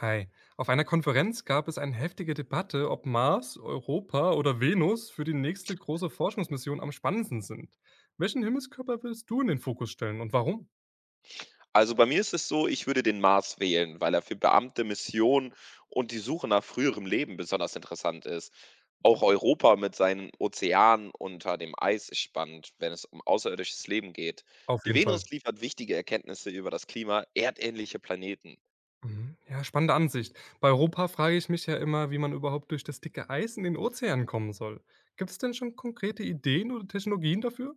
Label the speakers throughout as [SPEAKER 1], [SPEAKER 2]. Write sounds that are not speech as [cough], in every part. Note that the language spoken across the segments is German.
[SPEAKER 1] Hi. Auf einer Konferenz gab es eine heftige Debatte, ob Mars, Europa oder Venus für die nächste große Forschungsmission am spannendsten sind. Welchen Himmelskörper willst du in den Fokus stellen und warum?
[SPEAKER 2] Also, bei mir ist es so, ich würde den Mars wählen, weil er für Beamte, Missionen und die Suche nach früherem Leben besonders interessant ist. Auch Europa mit seinen Ozeanen unter dem Eis ist spannend, wenn es um außerirdisches Leben geht.
[SPEAKER 1] Auf
[SPEAKER 2] Die
[SPEAKER 1] jeden
[SPEAKER 2] Venus
[SPEAKER 1] Fall.
[SPEAKER 2] liefert wichtige Erkenntnisse über das Klima erdähnlicher Planeten.
[SPEAKER 1] Mhm. Ja, spannende Ansicht. Bei Europa frage ich mich ja immer, wie man überhaupt durch das dicke Eis in den Ozean kommen soll. Gibt es denn schon konkrete Ideen oder Technologien dafür?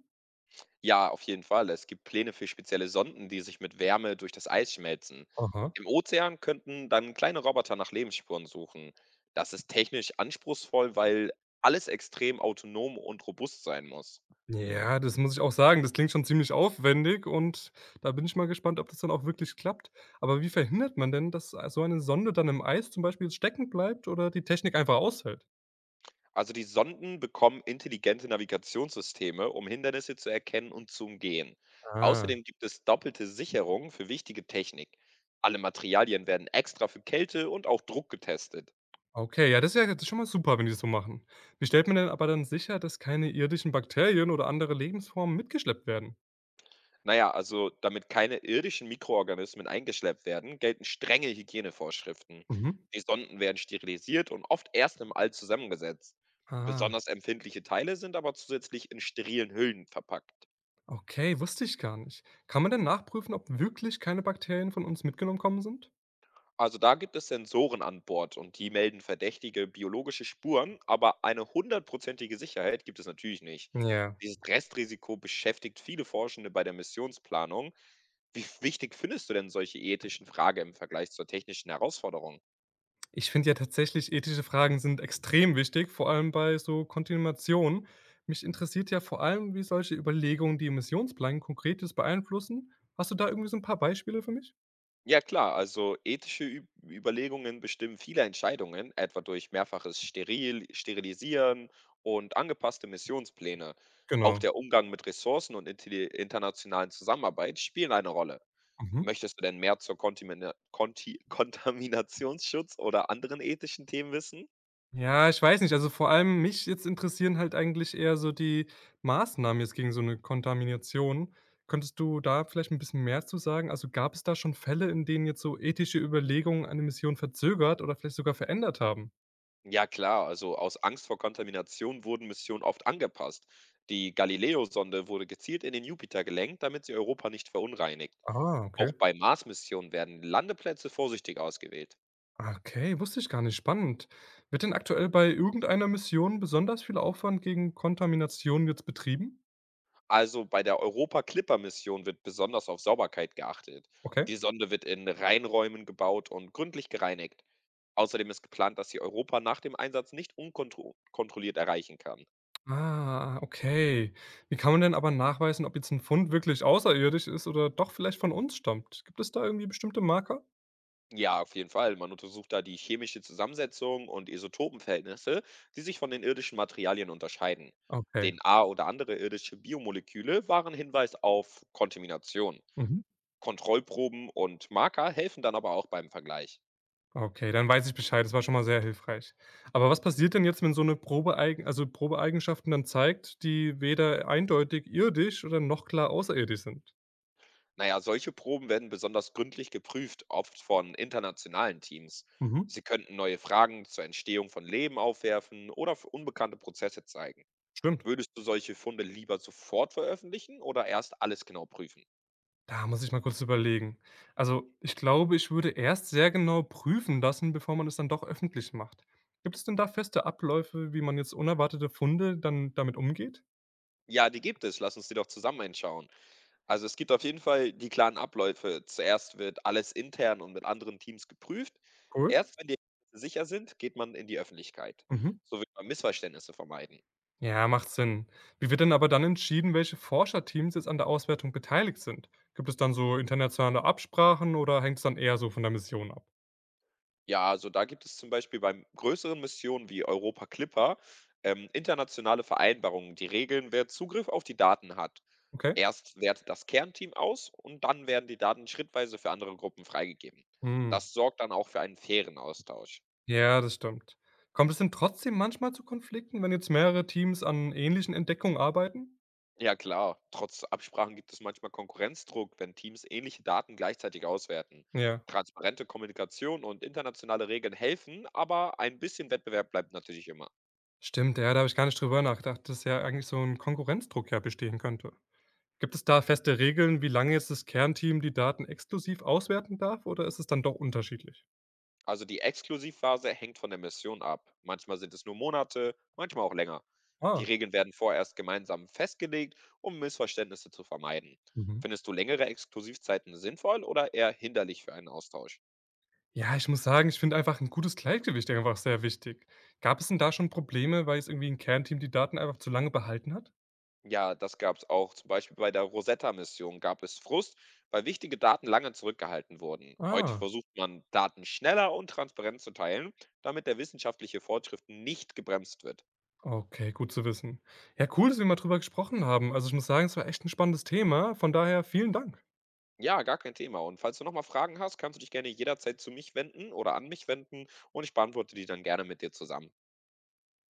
[SPEAKER 2] Ja, auf jeden Fall. Es gibt Pläne für spezielle Sonden, die sich mit Wärme durch das Eis schmelzen.
[SPEAKER 1] Aha.
[SPEAKER 2] Im Ozean könnten dann kleine Roboter nach Lebensspuren suchen. Das ist technisch anspruchsvoll, weil alles extrem autonom und robust sein muss.
[SPEAKER 1] Ja, das muss ich auch sagen, das klingt schon ziemlich aufwendig und da bin ich mal gespannt, ob das dann auch wirklich klappt. Aber wie verhindert man denn, dass so eine Sonde dann im Eis zum Beispiel stecken bleibt oder die Technik einfach aushält?
[SPEAKER 2] Also die Sonden bekommen intelligente Navigationssysteme, um Hindernisse zu erkennen und zu umgehen.
[SPEAKER 1] Ah.
[SPEAKER 2] Außerdem gibt es doppelte Sicherungen für wichtige Technik. Alle Materialien werden extra für Kälte und auch Druck getestet.
[SPEAKER 1] Okay, ja, das ist ja jetzt schon mal super, wenn die das so machen. Wie stellt man denn aber dann sicher, dass keine irdischen Bakterien oder andere Lebensformen mitgeschleppt werden?
[SPEAKER 2] Na ja, also damit keine irdischen Mikroorganismen eingeschleppt werden, gelten strenge Hygienevorschriften.
[SPEAKER 1] Mhm.
[SPEAKER 2] Die Sonden werden sterilisiert und oft erst im All zusammengesetzt.
[SPEAKER 1] Ah,
[SPEAKER 2] Besonders empfindliche Teile sind aber zusätzlich in sterilen Hüllen verpackt.
[SPEAKER 1] okay, wusste ich gar nicht. Kann man denn nachprüfen, ob wirklich keine Bakterien von uns mitgenommen kommen sind?
[SPEAKER 2] Also da gibt es Sensoren an Bord, und die melden verdächtige biologische Spuren, aber eine hundertprozentige Sicherheit gibt es natürlich nicht.
[SPEAKER 1] Ja.
[SPEAKER 2] Dieses Restrisiko beschäftigt viele Forschende bei der Missionsplanung. Wie wichtig findest du denn solche ethischen Fragen im Vergleich zur technischen Herausforderung?
[SPEAKER 1] Ich finde ja tatsächlich, ethische Fragen sind extrem wichtig, vor allem bei so Kontinuationen. Mich interessiert ja vor allem, wie solche Überlegungen die Emissionsplan konkretes beeinflussen. Hast du da irgendwie so ein paar Beispiele für mich?
[SPEAKER 2] Ja klar, also ethische Üb Überlegungen bestimmen viele Entscheidungen, etwa durch mehrfaches Sterilisieren und angepasste Missionspläne. Auch
[SPEAKER 1] Genau.
[SPEAKER 2] der Umgang mit Ressourcen und internationalen Zusammenarbeit spielen eine Rolle.
[SPEAKER 1] Mhm.
[SPEAKER 2] Möchtest du denn mehr zur Kontimina- Konti [laughs] Kontaminationsschutz oder anderen ethischen Themen wissen?
[SPEAKER 1] Ja, ich weiß nicht, also vor allem mich jetzt interessieren halt eigentlich eher so die Maßnahmen jetzt gegen so eine Kontamination. Könntest du da vielleicht ein bisschen mehr zu sagen? Also, gab es da schon Fälle, in denen jetzt so ethische Überlegungen eine Mission verzögert oder vielleicht sogar verändert haben?
[SPEAKER 2] Ja klar, also aus Angst vor Kontamination wurden Missionen oft angepasst. Die Galileo-Sonde wurde gezielt in den Jupiter gelenkt, damit sie Europa nicht verunreinigt.
[SPEAKER 1] Ah,
[SPEAKER 2] Auch
[SPEAKER 1] okay.
[SPEAKER 2] bei Mars-Missionen werden Landeplätze vorsichtig ausgewählt.
[SPEAKER 1] Okay, wusste ich gar nicht. Spannend. Wird denn aktuell bei irgendeiner Mission besonders viel Aufwand gegen Kontamination jetzt betrieben?
[SPEAKER 2] Also bei der Europa-Clipper-Mission wird besonders auf Sauberkeit geachtet.
[SPEAKER 1] Okay.
[SPEAKER 2] Die Sonde wird in Reinräumen gebaut und gründlich gereinigt. Außerdem ist geplant, dass sie Europa nach dem Einsatz nicht unkontrolliert erreichen kann.
[SPEAKER 1] Ah, okay. Wie kann man denn aber nachweisen, ob jetzt ein Fund wirklich außerirdisch ist oder doch vielleicht von uns stammt? Gibt es da irgendwie bestimmte Marker?
[SPEAKER 2] Ja, auf jeden Fall. Man untersucht da die chemische Zusammensetzung und Isotopenverhältnisse, die sich von den irdischen Materialien unterscheiden. D
[SPEAKER 1] Okay.
[SPEAKER 2] N A- oder andere irdische Biomoleküle waren Hinweis auf Kontamination.
[SPEAKER 1] Mhm.
[SPEAKER 2] Kontrollproben und Marker helfen dann aber auch beim Vergleich.
[SPEAKER 1] Okay, dann weiß ich Bescheid. Das war schon mal sehr hilfreich. Aber was passiert denn jetzt, wenn so eine Probeeig also Probeeigenschaften dann zeigt, die weder eindeutig irdisch oder noch klar außerirdisch sind?
[SPEAKER 2] Naja, solche Proben werden besonders gründlich geprüft, oft von internationalen Teams.
[SPEAKER 1] Mhm.
[SPEAKER 2] Sie könnten neue Fragen zur Entstehung von Leben aufwerfen oder für unbekannte Prozesse zeigen.
[SPEAKER 1] Stimmt.
[SPEAKER 2] Würdest du solche Funde lieber sofort veröffentlichen oder erst alles genau prüfen?
[SPEAKER 1] Da muss ich mal kurz überlegen. Also, ich glaube, ich würde erst sehr genau prüfen lassen, bevor man es dann doch öffentlich macht. Gibt es denn da feste Abläufe, wie man jetzt unerwartete Funde dann damit umgeht?
[SPEAKER 2] Ja, die gibt es. Lass uns die doch zusammen einschauen. Also es gibt auf jeden Fall die klaren Abläufe. Zuerst wird alles intern und mit anderen Teams geprüft.
[SPEAKER 1] Cool.
[SPEAKER 2] Erst wenn die Ergebnisse sicher sind, geht man in die Öffentlichkeit.
[SPEAKER 1] Mhm.
[SPEAKER 2] So will man Missverständnisse vermeiden.
[SPEAKER 1] Ja, macht Sinn. Wie wird denn aber dann entschieden, welche Forscherteams jetzt an der Auswertung beteiligt sind? Gibt es dann so internationale Absprachen oder hängt es dann eher so von der Mission ab?
[SPEAKER 2] Ja, also da gibt es zum Beispiel bei größeren Missionen wie Europa Clipper internationale Vereinbarungen, die regeln, wer Zugriff auf die Daten hat.
[SPEAKER 1] Okay.
[SPEAKER 2] Erst wertet das Kernteam aus, und dann werden die Daten schrittweise für andere Gruppen freigegeben.
[SPEAKER 1] Hm.
[SPEAKER 2] Das sorgt dann auch für einen fairen Austausch.
[SPEAKER 1] Ja, das stimmt. Kommt es denn trotzdem manchmal zu Konflikten, wenn jetzt mehrere Teams an ähnlichen Entdeckungen arbeiten?
[SPEAKER 2] Ja klar, trotz Absprachen gibt es manchmal Konkurrenzdruck, wenn Teams ähnliche Daten gleichzeitig auswerten.
[SPEAKER 1] Ja.
[SPEAKER 2] Transparente Kommunikation und internationale Regeln helfen, aber ein bisschen Wettbewerb bleibt natürlich immer.
[SPEAKER 1] Stimmt, ja, da habe ich gar nicht drüber nachgedacht, dass ja eigentlich so ein Konkurrenzdruck ja bestehen könnte. Gibt es da feste Regeln, wie lange jetzt das Kernteam die Daten exklusiv auswerten darf, oder ist es dann doch unterschiedlich?
[SPEAKER 2] Also die Exklusivphase hängt von der Mission ab. Manchmal sind es nur Monate, manchmal auch länger. Die
[SPEAKER 1] Ah,
[SPEAKER 2] Regeln werden vorerst gemeinsam festgelegt, um Missverständnisse zu vermeiden.
[SPEAKER 1] mhm.
[SPEAKER 2] Findest du längere Exklusivzeiten sinnvoll oder eher hinderlich für einen Austausch?
[SPEAKER 1] Ja, ich muss sagen, ich finde einfach ein gutes Gleichgewicht einfach sehr wichtig. Gab es denn da schon Probleme, weil jetzt irgendwie ein Kernteam die Daten einfach zu lange behalten hat?
[SPEAKER 2] Ja, das gab es auch. Zum Beispiel bei der Rosetta-Mission gab es Frust, weil wichtige Daten lange zurückgehalten wurden. Heute
[SPEAKER 1] Ah,
[SPEAKER 2] versucht man, Daten schneller und transparent zu teilen, damit der wissenschaftliche Fortschritt nicht gebremst wird.
[SPEAKER 1] okay, gut zu wissen. Ja, cool, dass wir mal drüber gesprochen haben. Also, ich muss sagen, es war echt ein spannendes Thema. Von daher vielen Dank.
[SPEAKER 2] Ja, gar kein Thema. Und falls du nochmal Fragen hast, kannst du dich gerne jederzeit zu mich wenden oder an mich wenden, und ich beantworte die dann gerne mit dir zusammen.